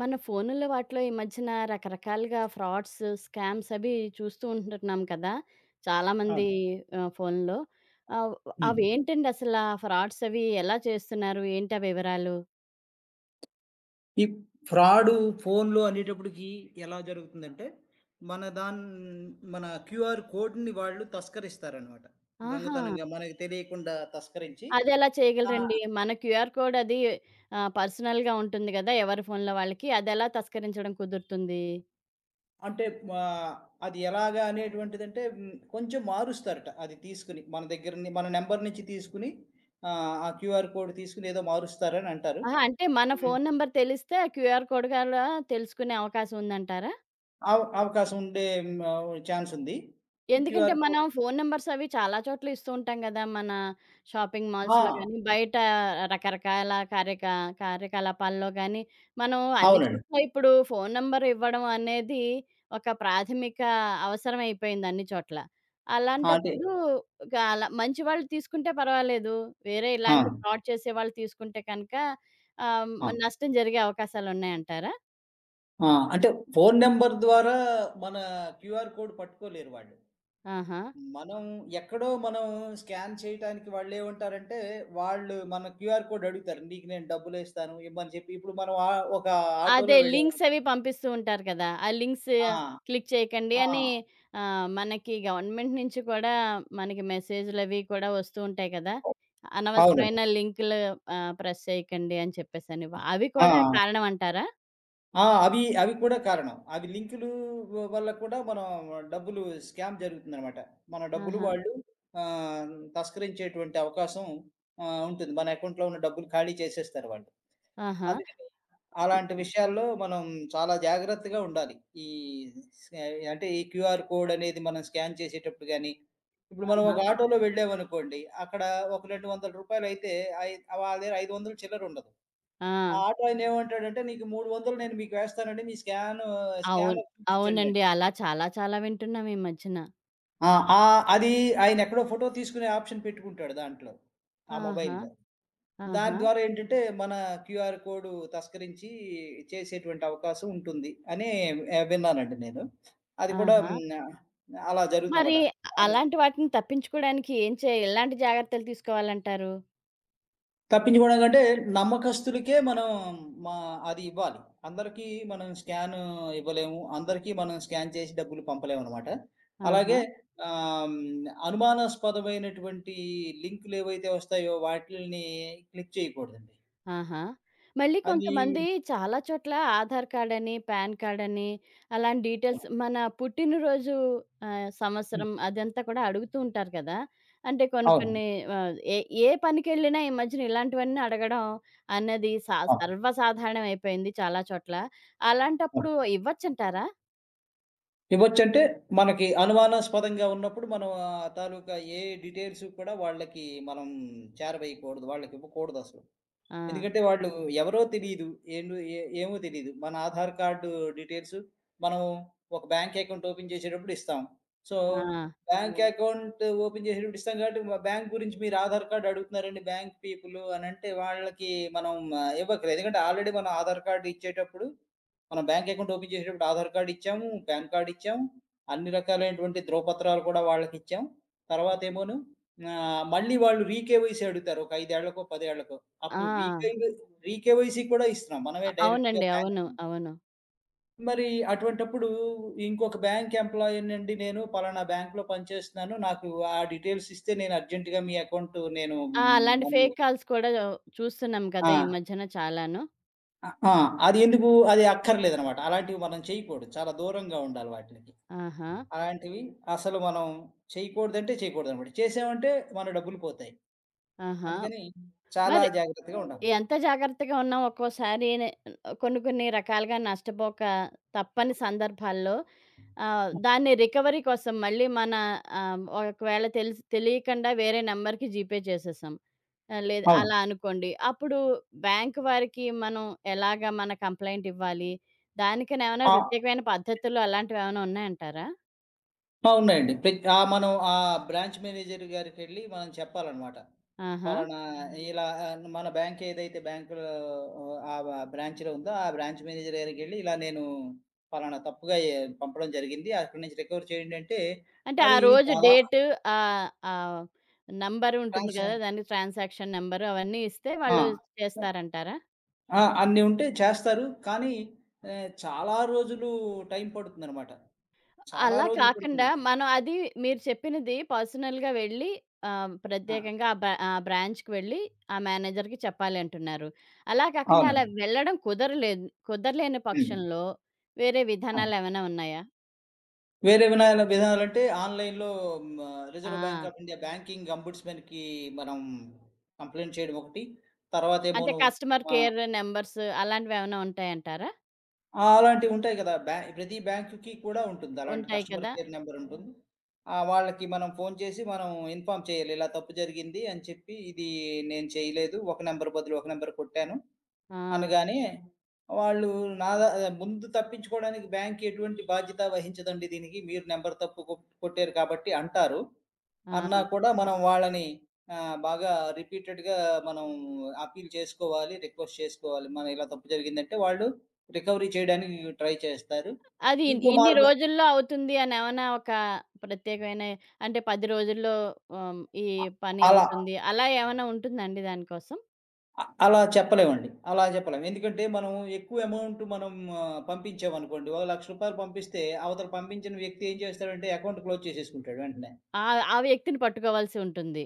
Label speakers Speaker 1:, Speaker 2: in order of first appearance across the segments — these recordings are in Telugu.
Speaker 1: మన ఫోనుల్లో వాటిలో ఈ మధ్యన రకరకాలుగా ఫ్రాడ్స్, స్కామ్స్ అవి చూస్తూ ఉంటున్నాం కదా! చాలామంది
Speaker 2: అవును.
Speaker 1: ఫోనుల్లో. ఆహ్,
Speaker 2: హ్మ్.
Speaker 1: అవేంటండి అసలా ఫ్రాడ్స్ అవి ఎలా చేస్తున్నారు? ఏంటి ఆ వివరాలు?
Speaker 2: ఈ ఫ్రాడు ఫోన్‌లో అనేటప్పటికి ఎలా జరుగుతుందంటే, మన దాన్ మన క్యూఆర్ కోడ్‌ని వాళ్ళు తస్కరిస్తారనమాట.
Speaker 1: ఆహా!
Speaker 2: దొంగతనంగా మనకు తెలియకుండా తస్కరించి
Speaker 1: అదెలా
Speaker 2: ఆ!
Speaker 1: చేయగలరండి? మన క్యూఆర్ కోడ్ అది పర్సనల్‌గా ఉంటుంది గదా! ఎవరి ఫోనులో వాళ్ళకి. అదెలా తస్కరించడం కుదురుతుంది?
Speaker 2: అంటే ఆహ్, అది ఎలాగా అనేటువంటిదంటే కొంచెం మారుస్తారట. అది తీసుకొని మన నంబర్ నుంచి తీసుకొని ఆ క్యూఆర్ కోడ్ తీసుకొని ఏదో మారుస్తారని అంటారు.
Speaker 1: ఆహా! అంటే మన
Speaker 2: హ్మ్.
Speaker 1: ఫోను నంబర్ తెలిస్తే ఆ క్యూఆర్ కోడ్ కూడా తెలుసుకునే అవకాశం ఉందంటారా?
Speaker 2: అవకాశం ఛాన్స్ ఉంది.
Speaker 1: ఎందుకంటే
Speaker 2: క్యూఆర్
Speaker 1: మనం
Speaker 2: కోడ్.
Speaker 1: ఫోను నంబర్స్ అవి చాలా చోట్ల ఇస్తూ ఉంటాం గదా! మన షాపింగ్
Speaker 2: ఆ!
Speaker 1: మాల్స్‌లో గానీ, బయట రకరకాల కార్యకలాపాల్లో గానీ, మనం అన్ని
Speaker 2: అవునండి.
Speaker 1: చోట్ల ఇప్పుడు ఫోను నంబర్ ఇవ్వడం అనేది ఒక ప్రాథమిక అవసరం అయిపోయింది అన్ని చోట్ల.
Speaker 2: ఆ! అంటే
Speaker 1: అలాంటప్పుడు గాల మంచి వాళ్ళు తీసుకుంటే పర్వాలేదు. వేరే
Speaker 2: ఆ!
Speaker 1: ఇలాంటి ఫ్రాడ్ చేసేవాళ్ళు తీసుకుంటే కనుక ఆహ్,
Speaker 2: ఆ!
Speaker 1: నష్టం జరిగే అవకాశాలున్నాయంటారా?
Speaker 2: ఆ! అంటే ఫోను నంబర్ ద్వారా మన క్యూఆర్ కోడ్ పట్టుకోలేరు వాళ్ళు.
Speaker 1: ఆహా!
Speaker 2: మనం ఎక్కడో మనం స్కాన్ చేయటానికి వాళ్ళేమంటారంటే, వాళ్ళు మన క్యూఆర్ కోడ్ అడుగుతారు, "నీకు నేను డబ్బులేస్తాను ఇమ్మని" చెప్పి. ఇప్పుడు మనం ఒక
Speaker 1: అదే.
Speaker 2: ఆటోలో
Speaker 1: లింక్స్ అవి
Speaker 2: వెళ్ళామనుకోండి.
Speaker 1: పంపిస్తూ ఉంటారు కదా! ఆ లింక్స్
Speaker 2: ఆ!
Speaker 1: క్లిక్ చేయకండి
Speaker 2: ఆ!
Speaker 1: అని మనకి గవర్నమెంట్ నుంచి కూడా మనకి మెసేజులవి కూడా వస్తూ ఉంటాయి కదా!
Speaker 2: అవునండి.
Speaker 1: అనవసరమైన లింకులు ప్రెస్ చేయకండి అని చెప్పేసని. అవి
Speaker 2: ఆ!
Speaker 1: కూడా కారణం అంటారా?
Speaker 2: ఆ! అవి అవి కూడా కారణం. అవి లింకులు వల్ల కూడా మనం డబ్బులు స్కామ్ జరుగుతుందనమాట. మన డబ్బులు
Speaker 1: ఆహా!
Speaker 2: వాళ్ళు తస్కరించేటువంటి అవకాశం ఉంటుంది. మన అకౌంట్‌లో ఉన్న డబ్బులు ఖాళీ చేసేస్తారు వాళ్ళు.
Speaker 1: ఆహా!
Speaker 2: అందుకని అలాంటి విషయాల్లో మనం చాలా జాగ్రత్తగా ఉండాలి. ఈ స్కా అంటే ఈ క్యూఆర్ కోడ్ అనేది మనం స్కాన్ చేసేటప్పుడు గాని, ఇప్పుడు మనం
Speaker 1: ఆహా!
Speaker 2: ఒక ఆటోలో వెళ్ళామనుకోండి. అక్కడ ఒక రూ. 200 అయితే ఐ వాళ్ళ దగ్గర 500 చిల్లరుండదు.
Speaker 1: ఆ!
Speaker 2: ఆ ఆటో ఆయన ఏమంటాడంటే, "నీకు 300 నేను మీకు వేస్తానండి. మీ
Speaker 1: అవును.
Speaker 2: స్కానర్ చూపించండంటాడు."
Speaker 1: అవునండి. అలా చాలా చాలా వింటున్నాం ఈ మధ్యన.
Speaker 2: ఆ! ఆ! అది ఆయనెక్కడో ఫోటో తీసుకునే ఆప్షన్ పెట్టుకుంటాడు దాంట్లో, ఆ
Speaker 1: ఆహా!
Speaker 2: మొబైల్‌లో. దాని
Speaker 1: ఆహా!
Speaker 2: ద్వారా ఏంటంటే, మన క్యూఆర్ కోడ్ తస్కరించి చేసేటువంటి అవకాశం ఉంటుంది అని విన్నానండి నేను. అది కూడా
Speaker 1: ఆహా!
Speaker 2: హ్మ్. అలా
Speaker 1: మరి
Speaker 2: జరుగుతుందన్నమాట. అది
Speaker 1: అలాంటి వాటిని తప్పించుకోవడానికి ఏం చేయాలి? ఎలాంటి జాగ్రత్తలు తీసుకోవాలంటారు?
Speaker 2: తప్పించుకోవడం కంటే నమ్మకస్తులకే మనం మా అది ఇవ్వాలి. అందరికీ మనం స్కాన్ ఇవ్వలేము, అందరికీ మనం స్కాన్ చేసి డబ్బులు పంపలేము అనమాట.
Speaker 1: ఆహా!
Speaker 2: అలాగే ఆమ్, అనుమానాస్పదమైనటువంటి లింకులు ఏవైతే వస్తాయో వాటిని క్లిక్ చేయకూడదండి.
Speaker 1: ఆహా! మళ్ళీ
Speaker 2: అది
Speaker 1: కొంతమంది చాలా చోట్ల ఆధార్ కార్డ్ అని, పాన్ కార్డ్ అని అలాంటి డీటెయిల్స్ మన పుట్టినరోజు
Speaker 2: ఉమ్,
Speaker 1: సంవత్సరం అదంతా కూడా అడుగుతూ ఉంటారు కదా! అంటే కొన్ని
Speaker 2: అవును.
Speaker 1: కొన్ని ఆహ్, ఏ ఏ పనికెళ్ళినా ఈ మధ్యన ఇలాంటివన్నీ అడగడం అన్నది
Speaker 2: అవును.
Speaker 1: సర్వసాధారణం అయిపోయింది చాలా చోట్ల.
Speaker 2: అవును.
Speaker 1: అలాంటప్పుడు ఇవ్వచ్చంటారా?
Speaker 2: ఇవ్వచ్చంటే మనకి అనుమానాస్పదంగా ఉన్నప్పుడు మనం ఆ తాలూకా ఏ డీటెయిల్స్ కూడా వాళ్ళకి మనం చేరవేయకూడదు, వాళ్ళకి ఇవ్వకూడదు అసలు.
Speaker 1: ఆ!
Speaker 2: ఎందుకంటే వాళ్ళు ఎవరో తెలీదు. ఏండు ఏ ఏమో తెలీదు. మన ఆధార్ కార్డు డీటెయిల్స్ మనం ఒక బ్యాంక్ అకౌంట్ ఓపెన్ చేసేటప్పుడు ఇస్తాం. సో,
Speaker 1: ఆ!
Speaker 2: బ్యాంక్ అవును, అకౌంట్ ఓపెన్ చేసేటప్పుడు ఇస్తాం కాబట్టి బ్యాంక్ గురించి మీరు ఆధార్ కార్డ్ అడుగుతున్నారండి బ్యాంక్ పీపులు అనంటే వాళ్ళకి మనం ఇవ్వక్కర్లేదు. ఎందుకంటే ఆల్రెడీ మనం ఆధార్ కార్డ్ ఇచ్చేటప్పుడు, మనం బ్యాంక్ అకౌంట్ ఓపెన్ చేసేటప్పుడు ఆధార్ కార్డ్ ఇచ్చాము, పాన్ కార్డ్ ఇచ్చాము. అన్ని రకాలైనటువంటి ధ్రువపత్రాలు కూడా వాళ్ళకిచ్చాం. తర్వాతేమోను మళ్ళీ వాళ్ళు రీకేవైసీ అడుగుతారు, ఒక 5 ఏళ్లకో, 10 ఏళ్లకో.
Speaker 1: ఆ!
Speaker 2: అప్పుడు రీకేవైసీ కూడా ఇస్తున్నాం. మనమే డైరెక్ట్‌గా
Speaker 1: అవునండి. అవును.
Speaker 2: బ్యాంకింగ్.
Speaker 1: అవును.
Speaker 2: మరి అటువంటప్పుడు ఇంకొక బ్యాంక్ ఎంప్లాయీ నండి, నేను పలానా బ్యాంక్‌లో పనిచేస్తున్నాను, నాకు ఆ డీటెయిల్స్ ఇస్తే నేను అర్జెంట్‌గా మీ అకౌంట్ నేను
Speaker 1: ఆ! అలాంటి ఫేక్
Speaker 2: దాన్ని
Speaker 1: కాల్స్ కూడా చూస్తున్నాం కదా! ఈ
Speaker 2: ఆ!
Speaker 1: మధ్యన చాలాను.
Speaker 2: ఆ! అది ఎందుకు, అది అక్కర్లేదనమాట. అలాంటివి మనం చేయకూడదు. చాలా దూరంగా ఉండాలి వాటిలకి.
Speaker 1: ఆహా!
Speaker 2: అలాంటివి అసలు మనం చేయకూడదంటే చేయకూడదనమాట. చేసామంటే మన డబ్బులు పోతాయి.
Speaker 1: ఆహా!
Speaker 2: అందుకని చాలా
Speaker 1: మరి
Speaker 2: జాగ్రత్తగా ఉండాలి.
Speaker 1: ఎంత జాగ్రత్తగా ఉన్నా ఒక్కోసారి కొన్ని కొన్ని రకాలుగా నష్టపోక తప్పని సందర్భాల్లో
Speaker 2: హ్మ్.
Speaker 1: దాన్ని రికవరీ కోసం మళ్ళీ మన ఒకవేళ తెలిసి తెలియకుండా వేరే నంబర్‌కి జీపే చేసేసాం. లేదు
Speaker 2: అవును.
Speaker 1: అలా అనుకోండి. అప్పుడు బ్యాంక్ వారికి మనం ఎలాగా మన కంప్లెయింట్ ఇవ్వాలి? దానికనేమైనా
Speaker 2: ఆ!
Speaker 1: ప్రత్యేకమైన పద్ధతులు అలాంటివేమైనా ఉన్నాయంటారా?
Speaker 2: ఆ! ఉన్నాయండి. ఆ! మనం ఆ బ్రాంచ్ మేనేజర్ గారికెళ్ళి మనం చెప్పాలనమాట.
Speaker 1: ఆహా!
Speaker 2: పలానా ఇలా, మన బ్యాంక్ ఏదైతే బ్యాంకులో ఆ బ్రాంచ్‌లో ఉందో, ఆ బ్రాంచ్ మేనేజర్ గారికెళ్ళి ఇలా నేను పలానా తప్పుగా పంపడం జరిగింది, అక్కడి నుంచి రికవర్ చేయండి అంటే,
Speaker 1: అంటే ఆ
Speaker 2: అది
Speaker 1: రోజు
Speaker 2: దాదాపు
Speaker 1: డేట్ ఆహ్, ఆహ్, నంబర్ ఉంటుంది
Speaker 2: ట్రాన్సా
Speaker 1: గదా! దానికి ట్రాన్సాక్షన్ నంబరు అవన్నీ ఇస్తే
Speaker 2: ఆ!
Speaker 1: వాళ్ళు చేస్తారంటారా?
Speaker 2: ఆ! అన్నీ ఉంటే చేస్తారు. కానీ చాలా రోజులు టైం పడుతుందనమాట. చాలా
Speaker 1: అలా
Speaker 2: రోజులు
Speaker 1: కాకుండా
Speaker 2: పడుతుంది.
Speaker 1: మనం అది మీరు చెప్పినది పర్సనల్‌గా వెళ్ళి
Speaker 2: ఆ!
Speaker 1: ప్రత్యేకంగా ఆ బ్రాంచ్‌కి వెళ్ళి ఆ మేనేజర్‌కి చెప్పాలి అంటున్నారు. అలా కాకుండా
Speaker 2: అవును.
Speaker 1: అలా వెళ్ళడం కుదరలేదు కుదరలేని
Speaker 2: హ్మ్.
Speaker 1: పక్షంలో వేరే
Speaker 2: ఆ!
Speaker 1: విధానాలేమైనా ఉన్నాయా?
Speaker 2: వేరే విధానాలంటే ఆన్‌లైన్‌లో
Speaker 1: ఆ!
Speaker 2: Reserve bank of India banking అంబుడ్స్‌మెన్‌కి మనం కంప్లెయింట్ చేయడం ఒకటి.
Speaker 1: అంటే
Speaker 2: తర్వాతేమోను
Speaker 1: కస్టమర్
Speaker 2: ఆహ్,
Speaker 1: కేర్ నంబర్స్ అలాంటివేమైనా ఉంటాయంటారా?
Speaker 2: ఆ! అలాంటివుంటాయి కదా! ప్రతి బ్యాంక్‌కి కూడా ఉంటుంది, అలాంటి
Speaker 1: ఉంటాయి
Speaker 2: కస్టమర్
Speaker 1: కదా!
Speaker 2: కేర్ నంబరుంటుంది. వాళ్ళకి మనం ఫోను చేసి మనం ఇన్ఫార్మ్ చేయాలి, ఇలా తప్పు జరిగింది అని చెప్పి, ఇది నేను చేయలేదు, ఒక నంబర్ బదులు ఒక నంబర్ కొట్టాను.
Speaker 1: ఆ!
Speaker 2: అనగానే వాళ్ళు నా ద ముందు తప్పించుకోవడానికి బ్యాంక్ ఎటువంటి బాధ్యత వహించదండి దీనికి, మీరు నంబర్ తప్పు కొట్టారు కాబట్టి అంటారు.
Speaker 1: ఆ!
Speaker 2: అన్నా కూడా మనం వాళ్ళని బాగా రిపీటెడ్‌గా మనం అప్పీల్ చేసుకోవాలి, రిక్వెస్ట్ చేసుకోవాలి. మనం ఇలా తప్పు జరిగిందంటే వాళ్ళు రికవరీ చేయడానికి ట్రై చేస్తారు.
Speaker 1: అది
Speaker 2: ఇంకో
Speaker 1: ఇన్ని
Speaker 2: మార్గం
Speaker 1: రోజుల్లో అవుతుంది అనేమన్నా ఒక ప్రత్యేకమైన అంటే 10 రోజుల్లో ఈ
Speaker 2: అ
Speaker 1: పని
Speaker 2: అలా
Speaker 1: అవుతుంది. అలా ఏమన్నా ఉంటుందా అండి దానికోసం?
Speaker 2: అ అలా చెప్పలేమండి. అలా చెప్పలేం. ఎందుకంటే మనం ఎక్కువ అమౌంట్ మనం పంపించామనుకోండి. ఒక రూ. 1,00,000 పంపిస్తే అవతల పంపించిన వ్యక్తి ఏం చేస్తాడంటే అకౌంట్ క్లోజ్ చేసేసుకుంటాడు వెంటనే.
Speaker 1: ఆ! ఆ వ్యక్తిని పట్టుకోవాల్సి ఉంటుంది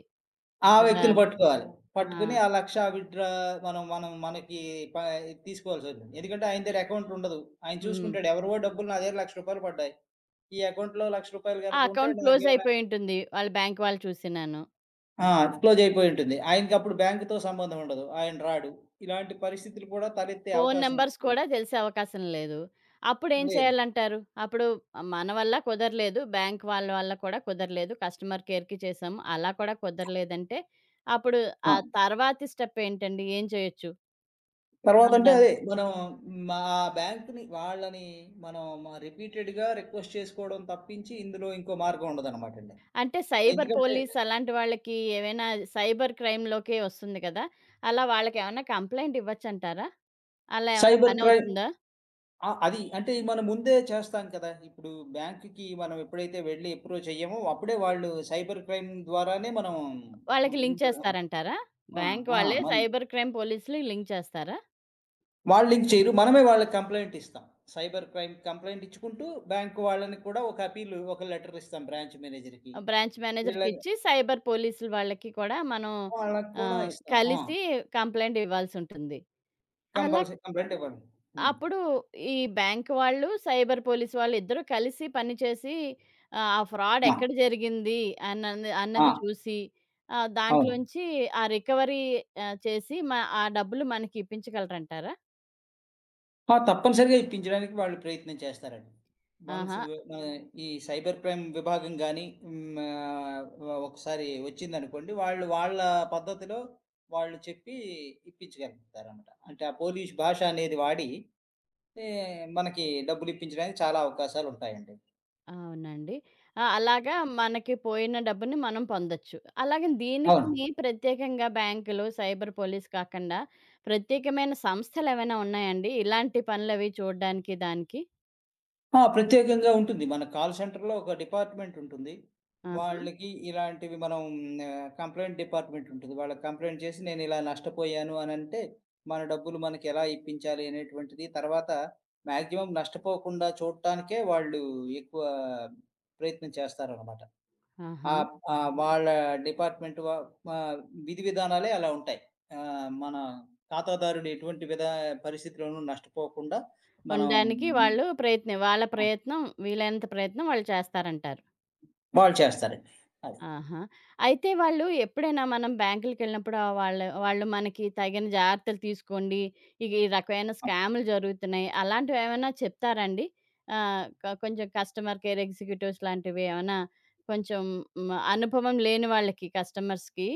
Speaker 2: ఆ
Speaker 1: కదా!
Speaker 2: వ్యక్తిని పట్టుకోవాలి.
Speaker 1: ఆ!
Speaker 2: పట్టుకొని ఆ 1,00,000 విత్‌డ్రా మనం మనం మనకి ప తీసుకోవాల్సొస్తుంది. ఎందుకంటే ఆయన దగ్గర అకౌంట్ ఉండదు. ఆయన
Speaker 1: హ్మ్.
Speaker 2: చూసుకుంటాడు ఎవరివో డబ్బులు నా దగ్గర రూ. 1,00,000 పడ్డాయి. ఈ అకౌంట్‌లో రూ. 1,00,000
Speaker 1: ఆ
Speaker 2: గనుక ఉంటే
Speaker 1: అకౌంట్ క్లోజ్
Speaker 2: నాకేమైనా.
Speaker 1: అయిపోయి ఉంటుంది. వాళ్ళ బ్యాంక్ వాళ్ళు చూసినాను.
Speaker 2: ఆ! క్లోజ్ అయిపోయి ఉంటుంది. ఆయనకి అప్పుడు బ్యాంక్‌తో సంబంధం ఉండదు. ఆయన రాడు. ఇలాంటి పరిస్థితులు కూడా తలెత్తే
Speaker 1: ఫోను
Speaker 2: అవకాశం
Speaker 1: నంబర్స్
Speaker 2: ఉంటుంది.
Speaker 1: కూడా తెలిసే అవకాశం లేదు. అప్పుడేం
Speaker 2: లేదు.
Speaker 1: చేయాలంటారు? అప్పుడు మన వల్ల కుదరలేదు. బ్యాంక్ వాళ్ళ వల్ల కూడా కుదరలేదు. కస్టమర్ కేర్‌కి చేసాము. అలా కూడా కుదరలేదంటే అప్పుడు
Speaker 2: ఆ!
Speaker 1: ఆ తర్వాతి స్టెప్ ఏంటండి? ఏం చేయొచ్చు?
Speaker 2: తర్వాతంటే
Speaker 1: అవునా!
Speaker 2: అదే మనం మా బ్యాంక్‌ని వాళ్ళని మనం రిపీటెడ్‌గా రిక్వెస్ట్ చేసుకోవడం తప్పించి ఇందులో ఇంకో మార్గం ఉండదనమాటండి.
Speaker 1: అంటే సైబర్
Speaker 2: ఎందుకంటే
Speaker 1: పోలీస్ అలాంటి వాళ్ళకి ఏవైనా సైబర్ క్రైమ్‌లోకే వస్తుంది కదా! అలా వాళ్ళకేమన్నా కంప్లెయింట్ ఇవ్వచ్చంటారా? అలా ఏమన్నా
Speaker 2: సైబర్ క్రైమ్
Speaker 1: పనవుతుందా?
Speaker 2: ఆ! అది అంటే మనం ముందే చేస్తాం కదా! ఇప్పుడు బ్యాంక్‌కి మనం ఎప్పుడైతే వెళ్లి అప్రోచ్ అయ్యామో అప్పుడే వాళ్ళు సైబర్ క్రైమ్ ద్వారానే మనం
Speaker 1: వాళ్ళకి లింక్
Speaker 2: ముందు
Speaker 1: చేస్తారంటారా?
Speaker 2: ఆ!
Speaker 1: బ్యాంక్
Speaker 2: ఆ!
Speaker 1: వాళ్ళే
Speaker 2: మనం
Speaker 1: సైబర్ క్రైమ్ పోలీసులకి లింక్ చేస్తారా?
Speaker 2: వాళ్ళు లింక్ చేయరు, మనమే వాళ్ళకి కంప్లెయింట్ ఇస్తాం. సైబర్ క్రైమ్ కంప్లెయింట్ ఇచ్చుకుంటూ బ్యాంక్ వాళ్ళని కూడా ఒక అప్పీల్, ఒక లెటర్ ఇస్తాం బ్రాంచ్ మేనేజర్‌కి.
Speaker 1: బ్రాంచ్
Speaker 2: వీళ్ళ
Speaker 1: మేనేజర్‌కిచ్చి సైబర్ పోలీసులు వాళ్ళకి కూడా మనం
Speaker 2: వాళ్ళకి కూడా ఇస్తాం. ఆ!
Speaker 1: కలిసి కంప్లెయింట్ ఇవ్వాల్సుంటుంది. అలా
Speaker 2: కంపల్సరీ కంప్లెయింట్ ఇవ్వాలి. హ్మ్.
Speaker 1: అప్పుడు ఈ బ్యాంక్ వాళ్ళు, సైబర్ పోలీస్ వాళ్ళు ఇద్దరూ కలిసి పనిచేసి ఆ ఫ్రాడ్
Speaker 2: ఆ!
Speaker 1: ఎక్కడ జరిగింది
Speaker 2: ఆ!
Speaker 1: అన్నది చూసి
Speaker 2: అవును.
Speaker 1: దాంట్లోంచి ఆ రికవరీ ఆహ్, చేసి మ ఆ డబ్బులు మనకి ఇప్పించగలరంటారా?
Speaker 2: ఆ! తప్పనిసరిగా ఇప్పించడానికి వాళ్ళు ప్రయత్నం చేస్తారండి. వన్స్
Speaker 1: ఆహా!
Speaker 2: మన ఈ సైబర్ క్రైమ్ విభాగం గాని, హ్మ్, ఒకసారి వచ్చిందనుకోండి, వాళ్ళు వాళ్ళ పద్ధతిలో వాళ్ళు చెప్పి ఇప్పించగలుగుతారన్నమాట. అంటే ఆ పోలీష్ భాష అనేది వాడి, ఎ మనకి డబ్బులు ఇప్పించడానికి చాలా అవకాశాలుంటాయండి.
Speaker 1: అవునండి. ఆ! అలాగా మనకి పోయిన డబ్బుని మనం పొందొచ్చు. అలాగే
Speaker 2: అవును.
Speaker 1: దీనికిని ప్రత్యేకంగా బ్యాంకులు, సైబర్ పోలీస్ కాకుండా ప్రత్యేకమైన సంస్థలేమైనా ఉన్నాయండి? ఇలాంటి పనులవి చూడడానికి దానికి?
Speaker 2: ఆ! ప్రత్యేకంగా ఉంటుంది. మన కాల్ సెంటర్‌లో ఒక డిపార్ట్‌మెంట్ ఉంటుంది.
Speaker 1: ఆహా!
Speaker 2: వాళ్ళకి ఇలాంటివి మనం కంప్లెయింట్ డిపార్ట్‌మెంట్ ఉంటుంది. వాళ్ళకి కంప్లెయింట్ చేసి నేను ఇలా నష్టపోయాను అనంటే, మన డబ్బులు మనకి ఎలా ఇప్పించాలి అనేటువంటిది. తర్వాత మాక్సిమం నష్టపోకుండా చూడటానికే వాళ్ళు ఎక్కువ ప్రయత్నం చేస్తారనమాట.
Speaker 1: ఆహా!
Speaker 2: ఆహ్, ఆహ్, వాళ్ళ డిపార్ట్‌మెంట్ ఆహ్, విధి విధానాలే అలా ఉంటాయి. మన ఖాతాదారుడు ఎటువంటి పరిస్థితిలోనూ నష్టపోకుండా మనం
Speaker 1: ఉండడానికి వాళ్ళు ప్రయత్నం వాళ్ళ
Speaker 2: ఆ!
Speaker 1: ప్రయత్నం వీలైనంత ప్రయత్నం వాళ్ళు చేస్తారంటారు.
Speaker 2: వాళ్ళు చేస్తారండి. అది.
Speaker 1: ఆహా! అయితే వాళ్ళు ఎప్పుడైనా మనం బ్యాంకులకెళ్ళినప్పుడు ఆహ్, వాళ్ళ వాళ్ళు మనకి తగిన జాగ్రత్తలు తీసుకోండి. ఈ రకమైన స్కామ్‌లు జరుగుతున్నాయి. అలాంటివేమైనా చెప్తారాండి? ఆహ్, క కొంచెం కస్టమర్ కేర్ ఎగ్జిక్యూటివ్స్ లాంటివి ఏమైనా కొంచెం అనుభవం లేని వాళ్ళకి కస్టమర్స్‌కి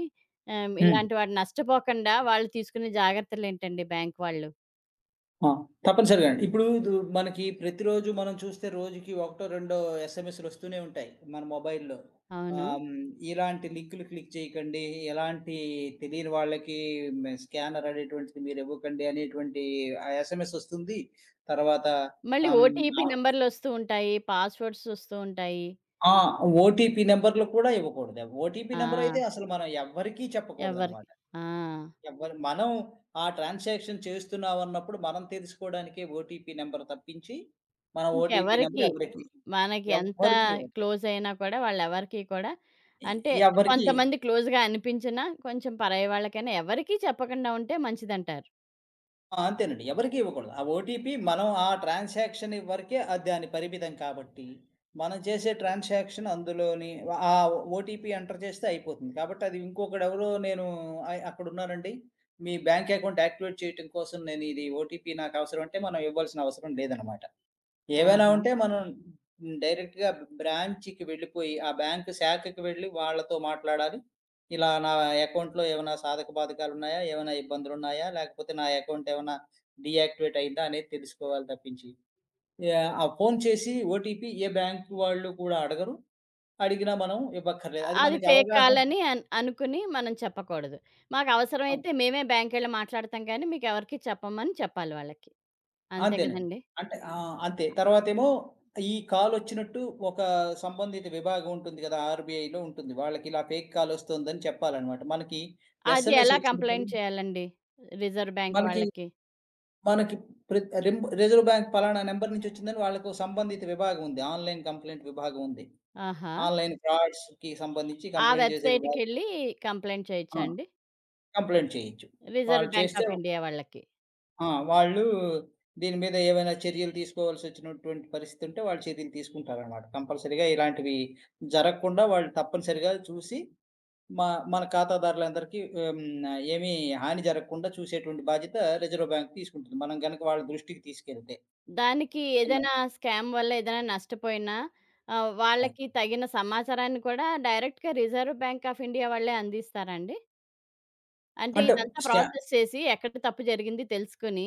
Speaker 2: హ్మ్.
Speaker 1: ఇలాంటి వాటి నష్టపోకుండా వాళ్ళు తీసుకునే జాగ్రత్తలేంటండి బ్యాంక్ వాళ్ళు?
Speaker 2: ఆ! తప్పనిసరిగా అండి. ఇప్పుడు మనకి ప్రతిరోజు మనం చూస్తే రోజుకి ఒకటో, రెండో ఎస్ఎంఎస్‌లొస్తూనే ఉంటాయి మన మొబైల్‌లో.
Speaker 1: అవును.
Speaker 2: ఆహ్, హ్మ్, ఇలాంటి లింకులు క్లిక్ చేయకండి, ఎలాంటి తెలియని వాళ్ళకి స్కానర్ అనేటువంటిది మీరివ్వకండి అనేటువంటి ఆ ఎస్ఎంఎస్ ఒస్తుంది. తర్వాత
Speaker 1: మళ్ళీ
Speaker 2: ఆహ్, హ్మ్,
Speaker 1: ఓటీపీ
Speaker 2: ఆహ్,
Speaker 1: నంబర్‌లొస్తూ ఉంటాయి. పాస్‌వర్డ్స్ వస్తూ ఉంటాయి.
Speaker 2: ఆ! ఓటీపీ నంబర్‌లు కూడా ఇవ్వకూడదు. ఓటీపీ
Speaker 1: ఆ!
Speaker 2: నంబరయితే అసలు మనం ఎవ్వరికీ
Speaker 1: ఎవరికి
Speaker 2: చెప్పకూడదనమాట.
Speaker 1: ఆ!
Speaker 2: ఎవ్వరు మనం ఆ ట్రాన్సాక్షన్ చేస్తున్నాం అన్నప్పుడు మనం తెలుసుకోవడానికే ఓటీపీ నంబర్ తప్పించి, మన ఓటీపీ
Speaker 1: ఇంకెవరికి
Speaker 2: నంబర్ ఎవరికీ,
Speaker 1: మనకి ఎంత
Speaker 2: ఎవ్వరికీ ఇవ్వము.
Speaker 1: క్లోజ్ అయినా కూడా వాళ్ళెవరికీ కూడా అంటే
Speaker 2: ఎవరికీ.
Speaker 1: కొంతమంది క్లోజ్‌గా అనిపించినా కొంచెం పరాయి వాళ్ళకైనా ఎవరికీ చెప్పకుండా ఉంటే మంచిదంటారు.
Speaker 2: ఆ! అంతేనండి. ఎవరికీ ఇవ్వకూడదు. ఆ ఓటీపీ మనం ఆ ట్రాన్సాక్షన్ వరకే అది దాని పరిమితం కాబట్టి, మనం చేసే ట్రాన్సాక్షన్ అందులోని ఆ ఓటీపీ ఎంటర్ చేస్తే అయిపోతుంది. కాబట్టి అది ఇంకొకడెవరో నేను అక్కడున్నానండి, మీ బ్యాంక్ అకౌంట్ యాక్టివేట్ చేయటం కోసం నేను ఇది ఓటీపీ నాకు అవసరం అంటే మనం ఇవ్వాల్సిన అవసరం లేదనమాట. ఏవైనా
Speaker 1: ఆహా!
Speaker 2: ఉంటే మనం డైరెక్ట్‌గా బ్రాంచ్‌కి వెళ్ళిపోయి, ఆ బ్యాంకు శాఖకి వెళ్లి వాళ్ళతో మాట్లాడాలి, ఇలా నా అకౌంట్‌లో ఏమైనా సాధక బాధకాలున్నాయా? ఏమైనా ఇబ్బందులున్నాయా? లేకపోతే నా అకౌంట్ ఏమైనా డీయాక్టివేట్ అయిందా? అనేది తెలుసుకోవాలి తప్పించి. యాహ్! ఆ ఫోను చేసి ఓటీపీ ఏ బ్యాంకు వాళ్ళు కూడా అడగరు. అడిగినా మనం ఇవ్వక్కర్లేదు.
Speaker 1: అ-
Speaker 2: అది
Speaker 1: అది
Speaker 2: మనకి
Speaker 1: ఫేక్
Speaker 2: అవగాహన.
Speaker 1: కాలని అనుకుని మనం చెప్పకూడదు.
Speaker 2: ఆ!
Speaker 1: మాకవసరమైతే మేమే బ్యాంకెళ్ళి మాట్లాడతాం కానీ మీకెవరికీ చెప్పమని చెప్పాలి వాళ్ళకి. అంతే
Speaker 2: అంతేనండి.
Speaker 1: కదండీ!
Speaker 2: అంటే ఆ! అంతే. తర్వాతేమో ఈ కాలొచ్చినట్టు ఒక సంబంధిత విభాగం ఉంటుంది గదా! ఆర్‌బీఐలో ఉంటుంది. వాళ్ళకిలా ఫేక్ కాలొస్తోందని చెప్పాలనమాట, మనకి
Speaker 1: అది
Speaker 2: ఎస్ఎంఎస్
Speaker 1: ఎలా
Speaker 2: వచ్చినప్పుడు.
Speaker 1: కంప్లెయింట్ చేయాలండి? రిజర్వ్ బ్యాంక్
Speaker 2: మనకి
Speaker 1: వాళ్ళకి?
Speaker 2: మనకి ప్ర రింబ్ రిజర్వ్ బ్యాంక్ పలానా నంబర్ నుంచొచ్చిందని వాళ్ళకు సంబంధిత విభాగం ఉంది. ఆన్‌లైన్ కంప్లెయింట్ విభాగం ఉంది.
Speaker 1: ఆహా!
Speaker 2: ఆన్‌లైన్ ఫ్రాడ్స్‌కి సంబంధించి
Speaker 1: ఆ
Speaker 2: కంప్లెయింట్ చేసే విభాగం.
Speaker 1: వెబ్‌సైట్‌కెళ్ళి కంప్లెయింట్ చేయొచ్చా
Speaker 2: ఆ!
Speaker 1: అండి?
Speaker 2: కంప్లెయింట్ చేయొచ్చు.
Speaker 1: రిజర్వ్
Speaker 2: వాళ్ళు
Speaker 1: బ్యాంక్
Speaker 2: చేస్తే
Speaker 1: ఆఫ్ ఇండియా వాళ్ళకి.
Speaker 2: ఆ! వాళ్ళు దీని మీద ఏవైనా చర్యలు తీసుకోవాల్సొచ్చినటువంటి పరిస్థితుంటే వాళ్ళు చర్యలు తీసుకుంటారనమాట. కంపల్సరీగా ఇలాంటివి జరగకుండా వాళ్ళు తప్పనిసరిగా చూసి మా మన ఖాతాదారులందరికీ హ్మ్. ఏమీ హాని జరగకుండా చూసేటువంటి బాధ్యత రిజర్వ్ బ్యాంక్ తీసుకుంటుంది, మనం గనక వాళ్ళ దృష్టికి తీసుకెళ్తే.
Speaker 1: దానికి
Speaker 2: ఇలా.
Speaker 1: ఏదైనా స్కామ్ వల్ల ఏదైనా నష్టపోయినా
Speaker 2: ఆ!
Speaker 1: వాళ్ళకి తగిన సమాచారాన్ని కూడా డైరెక్ట్‌గా రిజర్వ్ బ్యాంక్ ఆఫ్ ఇండియా వాళ్ళే అందిస్తారా అండి? అంటే
Speaker 2: అంటే
Speaker 1: ఇదంతా
Speaker 2: స్టా
Speaker 1: ప్రాసెస్ చేసి, ఎక్కడ తప్పు జరిగింది తెలుసుకొని,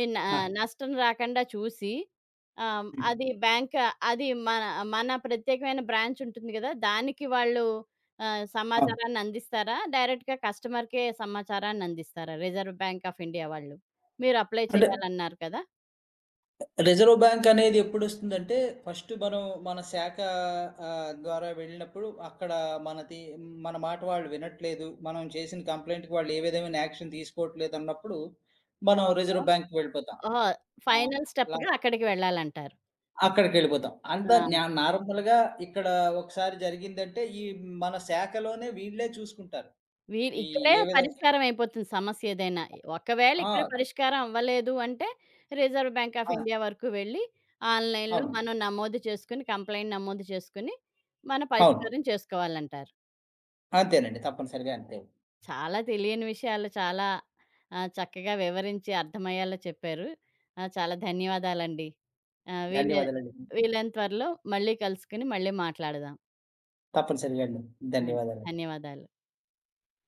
Speaker 1: ఈ న
Speaker 2: ఆ!
Speaker 1: నష్టం రాకుండా చూసి, ఆహ్,
Speaker 2: హ్మ్.
Speaker 1: అది బ్యాంక్ అది మన మన ప్రత్యేకమైన బ్రాంచ్ ఉంటుంది గదా! దానికి వాళ్ళు
Speaker 2: అవును.
Speaker 1: సమాచారాన్ని అందిస్తారా? డైరెక్ట్‌గా కస్టమర్‌కే సమాచారాన్ని అందిస్తారా? రిజర్వ్ బ్యాంక్ ఆఫ్ ఇండియా వాళ్ళు. మీరు అప్లై
Speaker 2: అంటే
Speaker 1: చేయాలన్నారు కదా!
Speaker 2: రిజర్వ్ బ్యాంక్ అనేది ఎప్పుడు వస్తుందంటే, ఫస్ట్ మనం మన శాఖ ఆ, ద్వారా వెళ్ళినప్పుడు అక్కడ మనది మన మాట వాళ్ళు వినట్లేదు, మనం చేసిన కంప్లైంట్కి వాళ్ళు ఏ విధమైన యాక్షన్ తీసుకోవట్లేదు అన్నప్పుడు మనం
Speaker 1: ఆహా!
Speaker 2: రిజర్వ్ బ్యాంక్కి వెళ్ళిపోతాం.
Speaker 1: ఓహో!
Speaker 2: ఆ,
Speaker 1: ఫైనల్
Speaker 2: లా-
Speaker 1: స్టెప్‌గా అక్కడికి వెళ్ళాలంటారు.
Speaker 2: అక్కడికి వెళ్ళిపోతాం అంత.
Speaker 1: ఆ!
Speaker 2: నార్మల్గా ఇక్కడ ఒకసారి జరిగిందంటే ఈ మన శాఖలోనే వీళ్ళే చూసుకుంటారు
Speaker 1: వీరు
Speaker 2: ఈ
Speaker 1: ఇక్కడే
Speaker 2: ఏ విధంగా
Speaker 1: పరిష్కారం అయిపోతుంది సమస్య ఏదైనా. ఒకవేళ
Speaker 2: ఆ,
Speaker 1: ఇక్కడ పరిష్కారం అవ్వలేదు అంటే, reserve bank of
Speaker 2: uh,
Speaker 1: India వరకు వెళ్ళి, ఆన్‌లైన్‌లో
Speaker 2: అవును.
Speaker 1: మనం నమోదు చేసుకొని, కంప్లెయింట్ నమోదు చేసుకొని, మన
Speaker 2: అవును.
Speaker 1: పరిష్కారం చేసుకోవాలంటారు.
Speaker 2: అంతేనండి. తప్పనిసరిగా అంతే.
Speaker 1: చాలా తెలియని విషయాలు చాలా చక్కగా వివరించి అర్థమయ్యేలా చెప్పారు. చాలా ధన్యవాదాలండి. ఆహ్, వీలై
Speaker 2: ధన్యవాదాలండి.
Speaker 1: వీలైన త్వరలో మళ్ళీ కలుసుకొని, మళ్ళీ మాట్లాడదాం.
Speaker 2: తప్పనిసరిగా అండి.
Speaker 1: ఆ!
Speaker 2: ధన్యవాదాలు.
Speaker 1: ధన్యవాదాలు.